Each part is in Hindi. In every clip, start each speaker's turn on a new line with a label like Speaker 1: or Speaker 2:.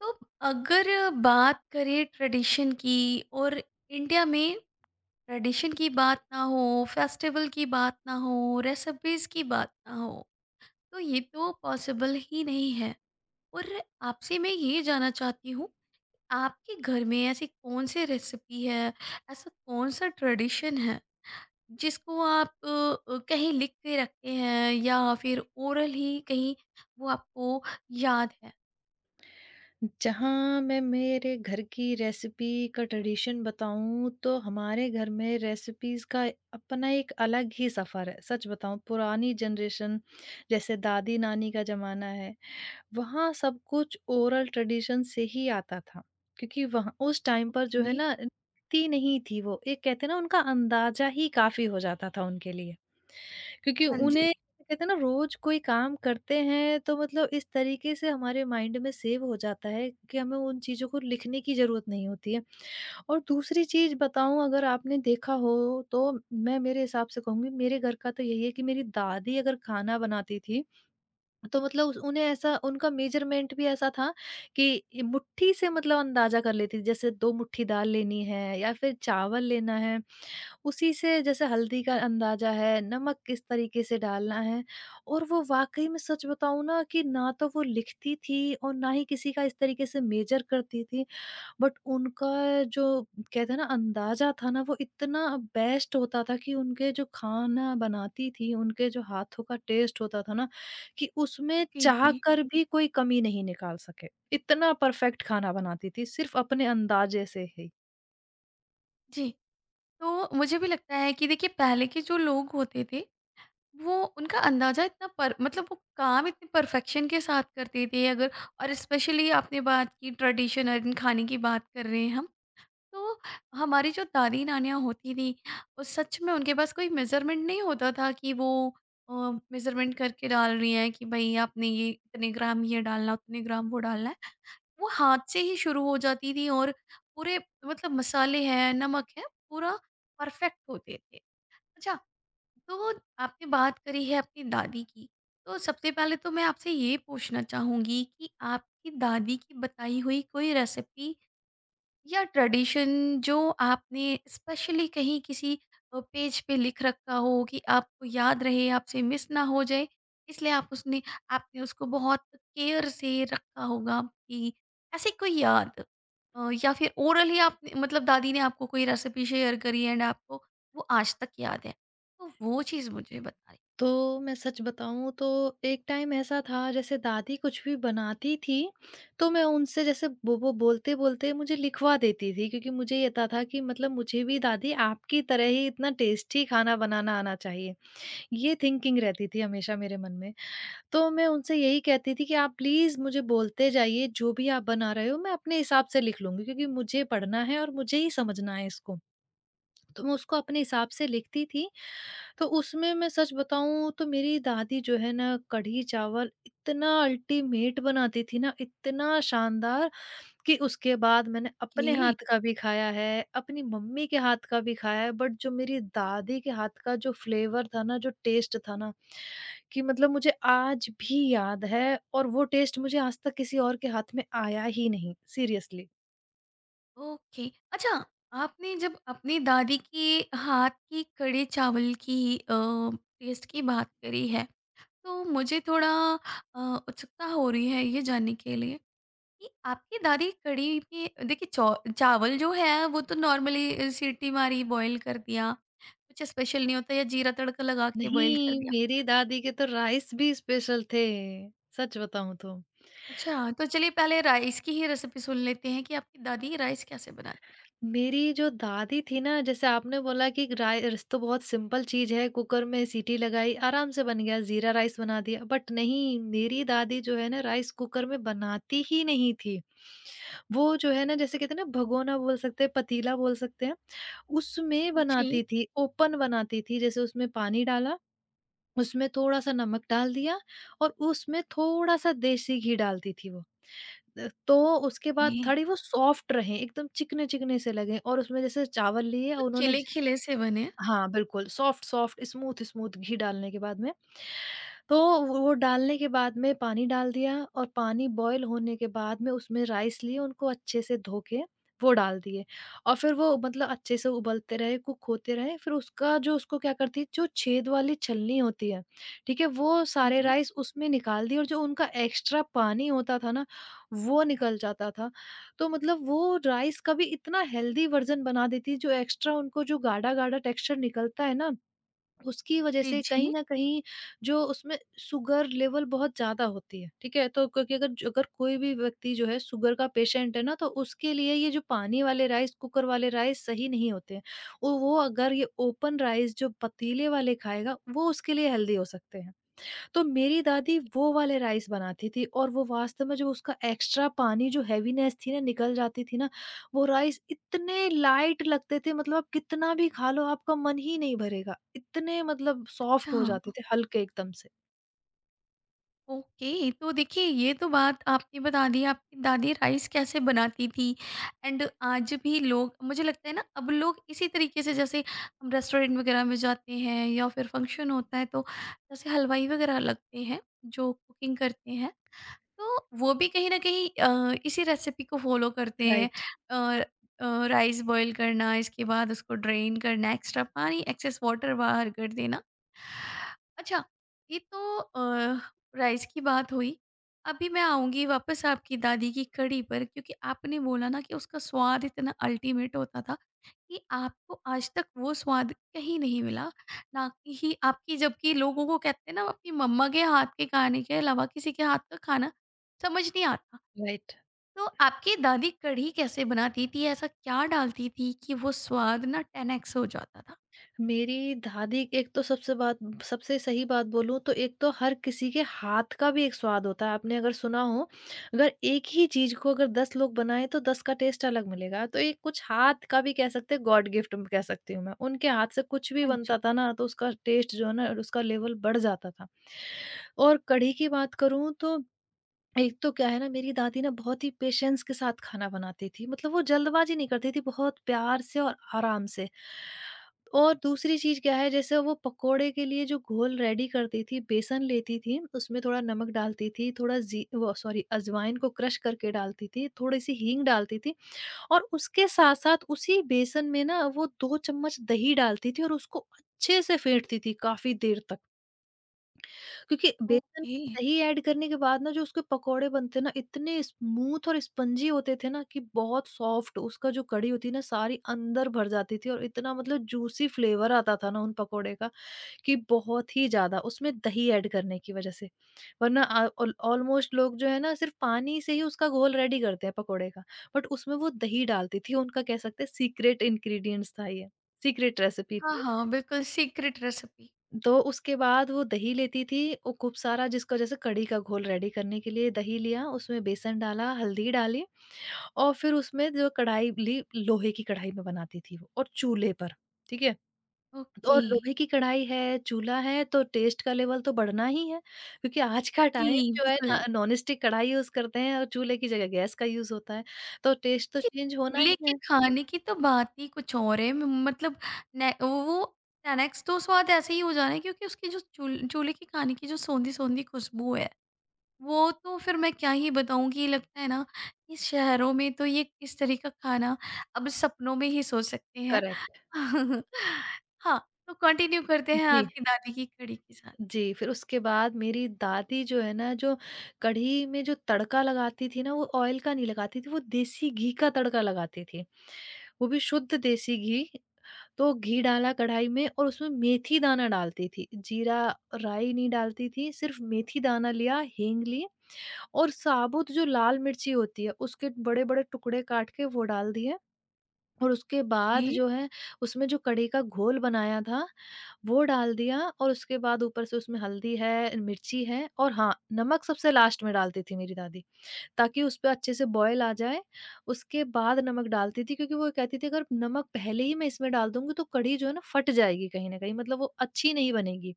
Speaker 1: तो अगर बात करें ट्रेडिशन की और इंडिया में ट्रेडिशन की बात ना हो फेस्टिवल की बात ना हो रेसिपीज की बात ना हो तो ये तो पॉसिबल ही नहीं है। और आपसे मैं ये जानना चाहती हूँ आपके घर में ऐसी कौन सी रेसिपी है ऐसा कौन सा ट्रेडिशन है जिसको आप कहीं लिख के रखते हैं या फिर ओरल ही कहीं वो आपको याद है।
Speaker 2: जहाँ मैं मेरे घर की रेसिपी का ट्रेडिशन बताऊँ तो हमारे घर में रेसिपीज़ का अपना एक अलग ही सफ़र है। सच बताऊँ पुरानी जनरेशन जैसे दादी-नानी का ज़माना है वहाँ सब कुछ ओरल ट्रेडिशन से ही आता था क्योंकि वहाँ उस टाइम पर जो है
Speaker 1: ओके।
Speaker 2: ना थी नहीं थी वो एक कहते हैं ना उनका अंदाजा ही काफी हो जाता था उनके लिए। क्योंकि
Speaker 1: हाँ जी।
Speaker 2: उन्हें कहते हैं ना रोज कोई काम करते हैं तो मतलब इस तरीके से हमारे माइंड में सेव हो जाता है कि हमें उन चीजों को लिखने की जरूरत नहीं होती है। और दूसरी चीज बताऊं अगर आपने देखा हो तो मैं मेरे हिसाब से कहूंगी मेरे घर का तो यही है कि मेरी दादी अगर खाना बनाती थी तो मतलब उस उन्हें ऐसा उनका मेजरमेंट भी ऐसा था कि ये मुट्ठी से मतलब अंदाजा कर लेती थी। जैसे 2 मुट्ठी दाल लेनी है या फिर चावल लेना है, उसी से जैसे हल्दी का अंदाजा है, नमक किस तरीके से डालना है। और वो वाक़ई में सच बताऊँ ना कि ना तो वो लिखती थी और ना ही किसी का इस तरीके से मेजर करती थी। बट उनका जो कहते हैं ना अंदाज़ा था ना वो इतना बेस्ट होता था कि उनके जो खाना बनाती थी, उनके जो हाथों का टेस्ट होता था ना कि उसमें
Speaker 1: जी
Speaker 2: चाह
Speaker 1: जी।
Speaker 2: कर भी कोई कमी नहीं निकाल सके। इतना परफेक्ट खाना बनाती थी सिर्फ़ अपने अंदाज़े से ही।
Speaker 1: जी। तो मुझे भी लगता है कि देखिए पहले के जो लोग होते थे वो उनका अंदाज़ा इतना पर मतलब वो काम इतने परफेक्शन के साथ करते थे अगर और स्पेशली आपने बात की ट्रेडिशनल खाने की बात कर रहे हैं हम तो हमारी जो दादी नानियाँ होती थी उस सच में उनके पास कोई मेजरमेंट नहीं होता था कि वो मेजरमेंट करके डाल रही हैं कि भाई आपने ये इतने ग्राम ये डालना उतने ग्राम वो डालना है। वो हाथ से ही शुरू हो जाती थी और पूरे मतलब मसाले हैं, नमक है, पूरा परफेक्ट होते थे। अच्छा, तो आपने बात करी है अपनी दादी की, तो सबसे पहले तो मैं आपसे ये पूछना चाहूँगी कि आपकी दादी की बताई हुई कोई रेसिपी या ट्रेडिशन जो आपने स्पेशली कहीं किसी पेज पे लिख रखा हो कि आपको याद रहे, आपसे मिस ना हो जाए, इसलिए आप उसने आपने उसको बहुत केयर से रखा होगा कि ऐसी कोई याद या फिर ओरली आपने मतलब दादी ने आपको कोई रेसिपी शेयर करी एंड आपको वो आज तक याद है। तो वो चीज़ मुझे बताइए।
Speaker 2: तो मैं सच बताऊँ तो एक टाइम ऐसा था जैसे दादी कुछ भी बनाती थी तो मैं उनसे जैसे वो बोलते-बोलते मुझे लिखवा देती थी, क्योंकि मुझे ये था कि मतलब मुझे भी दादी आपकी तरह ही इतना टेस्टी खाना बनाना आना चाहिए। ये थिंकिंग रहती थी हमेशा मेरे मन में। तो मैं उनसे यही कहती थी कि आप प्लीज़ मुझे बोलते जाइए, जो भी आप बना रहे हो मैं अपने हिसाब से लिख लूँगी क्योंकि मुझे पढ़ना है और मुझे ही समझना है इसको। तो मैं उसको अपने हिसाब से लिखती थी। तो उसमें मैं सच बताऊँ तो मेरी दादी जो है ना कढ़ी-चावल इतना अल्टीमेट बनाती थी ना, इतना शानदार कि उसके बाद मैंने अपने हाथ का भी खाया है, अपनी मम्मी के हाथ का भी खाया है, बट जो मेरी दादी के हाथ का जो फ्लेवर था ना, जो टेस्ट था ना, कि मतलब मुझे आज भी याद है और वो टेस्ट मुझे आज तक किसी और के हाथ में आया ही नहीं, सीरियसली।
Speaker 1: ओके। अच्छा। आपने जब अपनी दादी के हाथ की कढ़ी चावल की टेस्ट की बात करी है तो मुझे थोड़ा उत्सुकता हो रही है ये जानने के लिए कि आपकी दादी कढ़ी में देखिए चावल जो है वो तो नॉर्मली सीटी मारी बॉईल कर दिया कुछ स्पेशल नहीं होता या जीरा तड़का लगा के बॉईल कर
Speaker 2: नहीं,
Speaker 1: दिया।
Speaker 2: मेरी दादी के तो राइस भी स्पेशल थे, सच बताऊँ तो।
Speaker 1: अच्छा तो चलिए पहले राइस की ही रेसिपी सुन लेते हैं कि आपकी दादी राइस कैसे बनाती।
Speaker 2: मेरी जो दादी थी ना जैसे आपने बोला कि राइस तो बहुत सिंपल चीज़ है, कुकर में सीटी लगाई, आराम से बन गया, ज़ीरा राइस बना दिया। बट नहीं, मेरी दादी जो है ना राइस कुकर में बनाती ही नहीं थी। वो जो है ना जैसे कहते हैं ना भगोना बोल सकते हैं, पतीला बोल सकते हैं, उसमें
Speaker 1: जी थी।
Speaker 2: बनाती थी, ओपन बनाती थी। जैसे उसमें पानी डाला, उसमें थोड़ा-सा नमक डाल दिया और उसमें थोड़ा-सा देसी घी डालती थी वो। तो उसके बाद
Speaker 1: जी,
Speaker 2: थोड़ी वो सॉफ्ट रहें, एकदम चिकने-चिकने से लगें और उसमें जैसे चावल लिए
Speaker 1: ये
Speaker 2: और उन्होंने
Speaker 1: खिले खिले से बने।
Speaker 2: हाँ, बिल्कुल, सॉफ्ट-सॉफ्ट, स्मूथ-स्मूथ घी डालने के बाद में, तो वो डालने के बाद में पानी डाल दिया और पानी बॉयल होने के बाद में उसमें राइस लिए, उनको अच्छे से धो के वो डाल दिए। और फिर वो मतलब अच्छे से उबलते रहे, कुक होते रहे, फिर उसका जो उसको क्या करती है, जो छेद वाली छलनी होती है, ठीक है? वो
Speaker 1: हाँ
Speaker 2: सारे
Speaker 1: जी।
Speaker 2: राइस उसमें निकाल दिए और जो उनका एक्स्ट्रा पानी होता था ना, वो निकल जाता था। तो मतलब वो राइस का भी इतना हेल्दी वर्जन बना देती है, जो एक्स्ट्रा उनको जो गाढ़ा-गाढ़ा टेक्सचर निकलता है ना, उसकी वजह
Speaker 1: जी,
Speaker 2: से कहीं
Speaker 1: जी।
Speaker 2: न कहीं जो उसमें शुगर लेवल बहुत ज़्यादा होती है, ठीक है? तो क्योंकि अगर ज अगर कोई भी व्यक्ति जो है शुगर का पेशेंट है ना, तो उसके लिए ये जो पानी वाले राइस, कुकर वाले राइस सही नहीं होते हैं। वो अगर ये ओपन राइस जो पतीले वाले खाएगा, वो उसके लिए हेल्दी हो सकते हैं। तो मेरी दादी वो वाले राइस बनाती थी और वो वास्तव में जो उसका एक्स्ट्रा पानी जो हेवीनेस थी ना निकल जाती थी ना, वो राइस इतने लाइट लगते थे, मतलब आप कितना भी खा लो आपका मन ही नहीं भरेगा। इतने मतलब
Speaker 1: अच्छा,
Speaker 2: सॉफ्ट हो जाते थे हल्के एकदम से।
Speaker 1: ओके। तो देखिए ये तो बात आपने बता दी आपकी दादी राइस कैसे बनाती थी एंड आज भी लोग मुझे लगता है ना अब लोग इसी तरीके से जैसे हम रेस्टोरेंट वगैरह में जाते हैं या फिर फंक्शन होता है तो जैसे हलवाई वगैरह लगते हैं जो कुकिंग करते हैं तो वो भी कहीं न कहीं इसी रेसिपी को फ़ॉलो करते हैं।
Speaker 2: राइट,
Speaker 1: अ राइस बॉयल करना, इसके बाद उसको ड्रेन करना, एक्स्ट्रा पानी, एक्सेस वाटर बाहर कर देना। अच्छा, ये तो राइस की बात हुई। अभी मैं आऊँगी वापस आपकी दादी की कढ़ी पर क्योंकि आपने बोला ना कि उसका स्वाद इतना अल्टीमेट होता था कि आपको आज तक वो स्वाद कहीं नहीं मिला। ना कि ही आपकी जबकि लोगों को कहते हैं ना, अपनी मम्मा के हाथ के खाने के अलावा किसी के हाथ का खाना समझ नहीं आता।
Speaker 2: राइट।
Speaker 1: तो आपकी दादी कढ़ी कैसे बनाती थी? ऐसा क्या डालती थी कि वो स्वाद ना 10 एक्स हो जाता था?
Speaker 2: मेरी दादी एक तो सबसे सही बात बोलूँ तो एक तो हर किसी के हाथ का भी एक स्वाद होता है। आपने अगर सुना हो, अगर एक ही चीज़ को अगर 10 लोग बनाएँ तो 10 का टेस्ट अलग मिलेगा। तो ये कुछ हाथ का भी कह सकते हैं, गॉड गिफ्ट म कह सकती हूँ मैं। उनके हाथ से कुछ भी
Speaker 1: हाँ जी।
Speaker 2: बनता था ना तो उसका टेस्ट जो है ना उसका लेवल बढ़ जाता था। और कढ़ी की बात करूँ तो एक तो क्या है ना मेरी दादी ना बहुत ही पेशेंस के साथ खाना बनाती थी, मतलब वो जल्दबाजी नहीं करती थी, बहुत प्यार से और आराम से। और दूसरी चीज क्या है जैसे वो पकोड़े के लिए जो घोल रेडी करती थी बेसन लेती थी, उसमें थोड़ा नमक डालती थी, थोड़ा जी वो सॉरी अजवाइन को क्रश करके डालती थी, थोड़ी सी हींग डालती थी और उसके साथ साथ उसी बेसन में ना वो दो चम्मच दही डालती थी और उसको अच्छे से फेंटती थी काफी देर तक, क्योंकि बेसन
Speaker 1: ओके।
Speaker 2: दही ऐड करने के बाद ना जो उसके पकोड़े बनते ना इतने स्मूथ और स्पंजी होते थे ना कि बहुत सॉफ्ट, उसका जो कड़ी होती ना सारी अंदर भर जाती थी और इतना मतलब जूसी फ्लेवर आता था ना उन पकोड़े का, कि बहुत ही ज्यादा उसमें दही ऐड करने की वजह से। वरना ऑलमोस्ट लोग जो है ना सिर्फ पानी से ही उसका घोल रेडी करते हैं पकोड़े का, बट उसमें वो दही डालती थी, उनका कह सकते हैं सीक्रेट इंग्रेडिएंट्स था ये, सीक्रेट रेसिपी
Speaker 1: हाँ,
Speaker 2: थी।
Speaker 1: हाँ, बिल्कुल सीक्रेट रेसिपी।
Speaker 2: तो उसके बाद वो दही लेती थी, वो खूब सारा जिसको जैसे कढ़ी का घोल रेडी करने के लिए दही लिया, उसमें बेसन डाला, हल्दी डाली और फिर उसमें जो कढ़ाई ली, लोहे की कढ़ाई में बनाती थी वो, और चूल्हे पर, ठीक है? तो
Speaker 1: ओके।
Speaker 2: और लोहे की कढ़ाई है, चूल्हा है तो टेस्ट का लेवल तो बढ़ना ही है, क्योंकि आज का
Speaker 1: जी,
Speaker 2: टाइम जो है
Speaker 1: बिल्कुल।
Speaker 2: ना नॉन स्टिक कढ़ाई यूज़ करते हैं और चूल्हे की जगह गैस का यूज़ होता है, तो टेस्ट तो
Speaker 1: कि
Speaker 2: चेंज होना
Speaker 1: चूल्हे
Speaker 2: ही
Speaker 1: के
Speaker 2: है।
Speaker 1: खाने की तो बात ही कुछ और है। म मतलब ने वो 10 एक्स तो स्वाद ऐसे ही हो जाना है क्योंकि उसकी जो चूल्हे के खाने की जो सोंधी-सोंधी खुशबू है वो तो फिर मैं क्या ही बताऊँ कि लगता है ना कि शहरों में तो ये किस तरह का खाना अब सपनों में ही सोच सकते हैं।
Speaker 2: करेक्ट।
Speaker 1: हाँ, तो कंटिन्यू करते हैं
Speaker 2: जी।
Speaker 1: आपकी दादी की कढ़ी के साथ।
Speaker 2: जी, फिर उसके बाद मेरी दादी जो है ना, जो कढ़ी में जो तड़का लगाती थी ना, वो ऑयल का नहीं लगाती थी, वो देसी घी का तड़का लगाती थी। वो भी शुद्ध देसी घी। तो घी डाला कढ़ाई में और उसमें मेथी दाना डालती थी। जीरा, राई नहीं डालती थी, सिर्फ़ मेथी दाना लिया, हींग ली और साबुत जो लाल मिर्ची होती है, उसके बड़े-बड़े टुकड़े काट के वो डाल दिए। और उसके बाद
Speaker 1: ये
Speaker 2: जो है उसमें जो कढ़ी का घोल बनाया था वो डाल दिया और उसके बाद ऊपर से उसमें हल्दी है, मिर्ची है और हाँ, नमक सबसे लास्ट में डालती थी मेरी दादी ताकि उसपे अच्छे से बॉयल आ जाए। उसके बाद नमक डालती थी, क्योंकि वो कहती थी अगर नमक पहले ही मैं इसमें डाल दूँगी तो कढ़ी जो है ना फट जाएगी कहीं न कहीं, मतलब वो अच्छी नहीं बनेगी।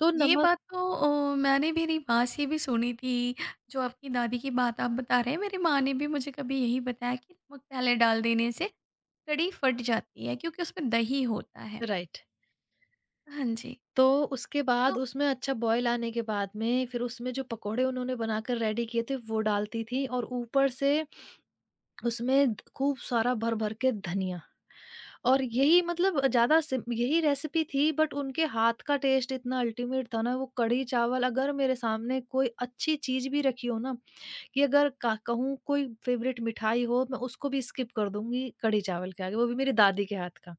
Speaker 2: तो
Speaker 1: ये
Speaker 2: नमक
Speaker 1: बात तो मैंने मेरी माँ से भी सुनी थी, जो आपकी दादी की बात आप बता रहे हैं, मेरी माँ ने भी मुझे कभी यही बताया कि नमक पहले डाल देने से कढ़ी फट जाती है क्योंकि उसमें दही होता है।
Speaker 2: राइट।
Speaker 1: हाँ जी।
Speaker 2: तो उसके
Speaker 1: तो।
Speaker 2: बाद उसमें अच्छा बॉयल आने के बाद में फिर उसमें जो पकौड़े उन्होंने बनाकर रेडी किए थे वो डालती थी और ऊपर से उसमें द खूब सारा भर-भर के धनिया, और यही मतलब ज़्यादा सिम यही रेसिपी थी, बट उनके हाथ का टेस्ट इतना अल्टीमेट था ना, वो कढ़ी चावल अगर मेरे सामने कोई अच्छी चीज़ भी रखी हो ना, कि अगर का कहूँ कोई फ़ेवरेट मिठाई हो, मैं उसको भी स्किप कर दूँगी कढ़ी चावल के आगे, वो भी मेरी दादी के हाथ का।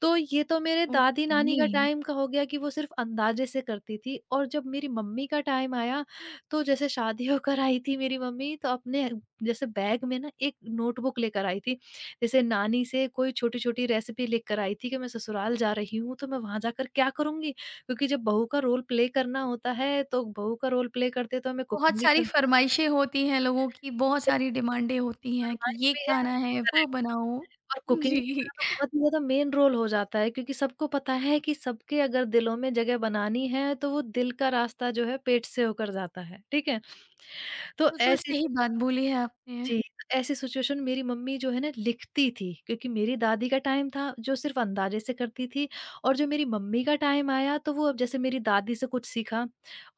Speaker 2: तो ये तो मेरे दादी-नानी
Speaker 1: ओके।
Speaker 2: का टाइम का हो गया कि वो सिर्फ़ अंदाज़े से करती थी। और जब मेरी मम्मी का टाइम आया, तो जैसे शादी होकर आई थी मेरी मम्मी, तो अपने जैसे बैग में ना एक नोटबुक लेकर आई थी। जैसे नानी से कोई छोटी-छोटी रेसिपी लेकर आई थी, कि मैं ससुराल जा रही हूँ तो मैं वहाँ जाकर क्या करूँगी? क्योंकि जब बहू का रोल प्ले करना होता है, तो बहू का रोल प्ले करते तो हमें
Speaker 1: बहुत
Speaker 2: कुकिंग भी
Speaker 1: सारी
Speaker 2: करने
Speaker 1: फ़रमाइशें होती हैं लोगों की, बहुत
Speaker 2: की
Speaker 1: सारी डिमांडें होती हैं कि
Speaker 2: फरमाइश
Speaker 1: ये
Speaker 2: भी है।
Speaker 1: खाना है, वो
Speaker 2: करेक्ट।
Speaker 1: बनाओ।
Speaker 2: और कुकिंग
Speaker 1: जी,
Speaker 2: का तो बहुत ही ज़्यादा मेन रोल हो जाता है, क्योंकि सबको पता है कि सबके अगर दिलों में जगह बनानी है तो वो दिल का रास्ता जो है पेट से होकर जाता है, ठीक है? तो
Speaker 1: बिल्कुल
Speaker 2: ऐसी
Speaker 1: सही बात बोली है आपने।
Speaker 2: जी, ऐसी सिचुएशन मेरी मम्मी जो है ना लिखती थी, क्योंकि मेरी दादी का टाइम था जो सिर्फ़ अंदाज़े से करती थी। और जो मेरी मम्मी का टाइम आया तो वो अब जैसे मेरी दादी से कुछ सीखा।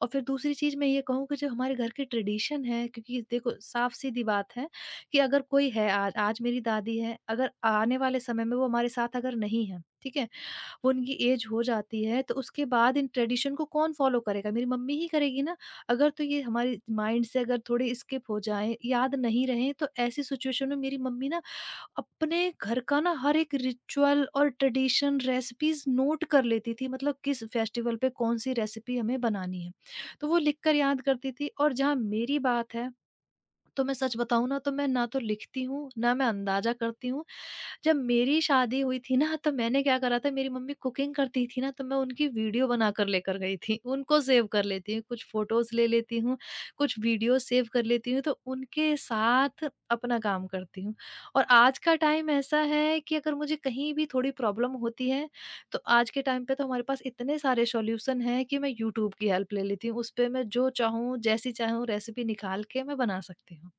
Speaker 2: और फिर दूसरी चीज़ मैं ये कहूँ कि जो हमारे घर की ट्रेडिशन है, क्योंकि देखो साफ़-सीधी बात है कि अगर कोई है, आज आज मेरी दादी है, अगर आने वाले समय में वो हमारे साथ अगर नहीं है, ठीक है? वो इनकी ऐज हो जाती है तो उसके बाद इन ट्रेडिशन को कौन फ़ॉलो करेगा? मेरी मम्मी ही करेगी ना। अगर तो ये हमारे माइंड से अगर थोड़े स्किप हो जाएँ, याद नहीं रहें तो ऐसी सिचुएशन में मेरी मम्मी ना अपने घर का ना हर एक रिचुअल और ट्रेडिशन रेसिपीज़ नोट कर लेती थी, मतलब किस फेस्टिवल पे कौन-सी रेसिपी हमें बनानी है। तो वो लिख कर याद करती थी। और जहाँ मेरी बात है, तो मैं सच बताऊँ ना तो मैं ना तो लिखती हूँ, ना मैं अंदाज़ा करती हूँ। जब मेरी शादी हुई थी ना तो मैंने क्या करा था, मेरी मम्मी कुकिंग करती थी ना तो मैं उनकी वीडियो बनाकर लेकर गई थी। उनको सेव कर लेती हूँ, कुछ फ़ोटोज़ ले लेती हूँ, कुछ वीडियो सेव कर लेती हूँ तो उनके साथ अपना काम करती हूँ। और आज का टाइम ऐसा है कि अगर मुझे कहीं भी थोड़ी प्रॉब्लम होती है तो आज के टाइम पे तो हमारे पास इतने सारे सॉल्यूशन हैं कि मैं यूट्यूब की हेल्प ले लेती हूँ। उसपे मैं जो चाहूँ, जैसी चाहूँ रेसिपी निकाल के मैं बना सकती हूँ।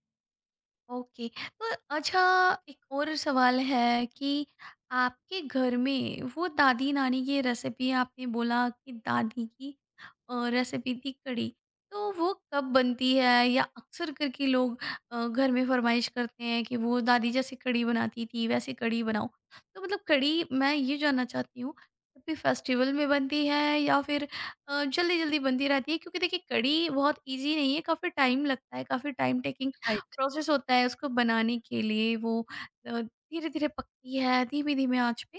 Speaker 1: ओके। तो अच्छा एक और सवाल है कि आपके घर में वो दादी नानी की रेसिपी आपने बोला कि दादी की रेसिपी थी कड़ी तो वो कब बनती है या अक्सर करके लोग घर में फरमाइश करते हैं कि वो दादी जैसे कड़ी बनाती थी वैसे कड़ी बनाओ तो मतलब कड़ी मैं ये जानना चाहती हूँ कभी फेस्टिवल में बनती है या फिर जल्दी जल्दी बनती रहती है क्योंकि देखिए कड़ी बहुत इजी नहीं है काफ़ी टाइम लगता है काफ़ी टाइम टेकिंग
Speaker 2: राइट।
Speaker 1: प्रोसेस होता है उसको बनाने के लिए वो धीरे-धीरे पकती है, धीमी-धीमी आँच पे।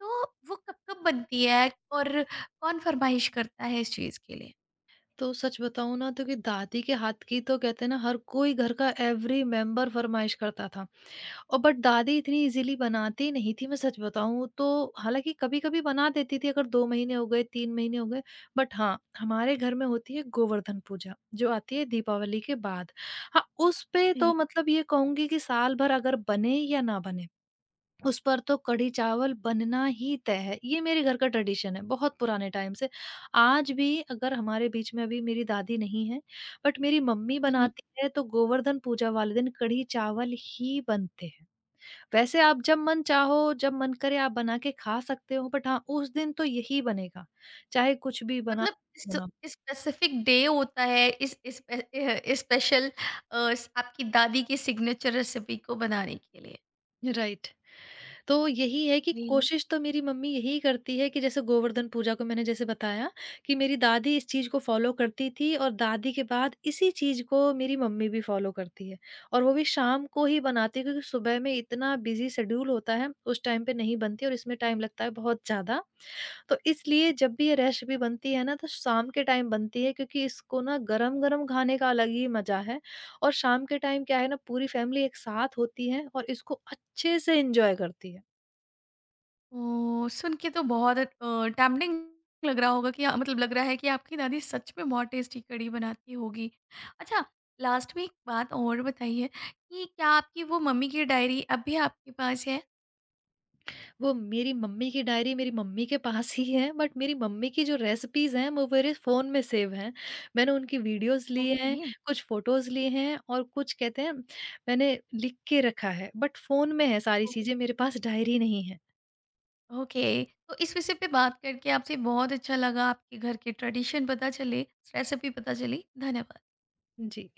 Speaker 1: तो वो कब-कब बनती है और कौन फरमाइश करता है इस चीज़ के लिए?
Speaker 2: तो सच बताऊँ ना तो कि दादी के हाथ की तो कहते हैं ना, हर कोई घर का एवरी मेंबर फरमाइश करता था। और बट दादी इतनी इजीली बनाती नहीं थी, मैं सच बताऊँ तो। हालांकि कभी कभी बना देती थी, अगर 2 महीने हो गए, 3 महीने हो गए। बट हाँ, हमारे घर में होती है गोवर्धन पूजा जो आती है दीपावली के बाद। हाँ, उस पे तो
Speaker 1: जी।
Speaker 2: मतलब ये कहूंगी कि साल भर अगर बने या ना बने, उस पर तो कढ़ी चावल बनना ही तय है। ये मेरे घर का ट्रेडिशन है, बहुत पुराने टाइम से। आज भी अगर हमारे बीच में अभी मेरी दादी नहीं है, बट मेरी मम्मी
Speaker 1: हुँ,
Speaker 2: बनाती है तो गोवर्धन पूजा वाले दिन कढ़ी चावल ही बनते हैं। वैसे आप जब मन चाहो, जब मन करे आप बना के खा सकते हो, बट हाँ, उस दिन तो यही बनेगा, चाहे कुछ भी बना,
Speaker 1: मतलब
Speaker 2: बना।
Speaker 1: इस स्पेसिफिक डे होता है इस स्पेशल अ, स आपकी दादी की सिग्नेचर रेसिपी को बनाने के लिए।
Speaker 2: राइट। तो यही है कि
Speaker 1: जी।
Speaker 2: कोशिश तो मेरी मम्मी यही करती है कि जैसे गोवर्धन पूजा को मैंने जैसे बताया कि मेरी दादी इस चीज़ को फॉलो करती थी और दादी के बाद इसी चीज़ को मेरी मम्मी भी फॉलो करती है। और वो भी शाम को ही बनाती है क्योंकि सुबह में इतना बिजी शेड्यूल होता है, उस टाइम पे नहीं बनती और इसमें टाइम लगता है बहुत ज़्यादा। तो इसलिए जब भी ये रेसिपी बनती है ना तो शाम के टाइम बनती है क्योंकि इसको ना गरम गरम खाने का अलग ही मज़ा है। और शाम के टाइम क्या है ना, पूरी फैमिली एक साथ होती है और इसको अच्छे से इंजॉय करती है।
Speaker 1: ओह! सुन के तो बहुत टेम्पटिंग लग रहा होगा कि मतलब लग रहा है कि आपकी दादी सच में बहुत टेस्टी कढ़ी बनाती होगी। अच्छा, लास्ट में एक बात और बताइए कि क्या आपकी वो मम्मी की डायरी अब भी आपके पास है?
Speaker 2: वो मेरी मम्मी की डायरी मेरी मम्मी के पास ही है, बट मेरी मम्मी की जो रेसिपीज़ हैं वो मेरे फ़ोन में सेव हैं। मैंने उनकी वीडियोज़ लिए हैं,
Speaker 1: ओके।
Speaker 2: कुछ फ़ोटोज़ लिए हैं और कुछ कहते हैं मैंने लिख के रखा है, बट फ़ोन में है सारी चीज़ें
Speaker 1: ओके,
Speaker 2: मेरे पास, डायरी नहीं है।
Speaker 1: ओके। तो इस विषय पे बात करके आपसे बहुत अच्छा लगा, आपके घर के ट्रेडिशन पता चले, रेसिपी पता चली। धन्यवाद।
Speaker 2: जी।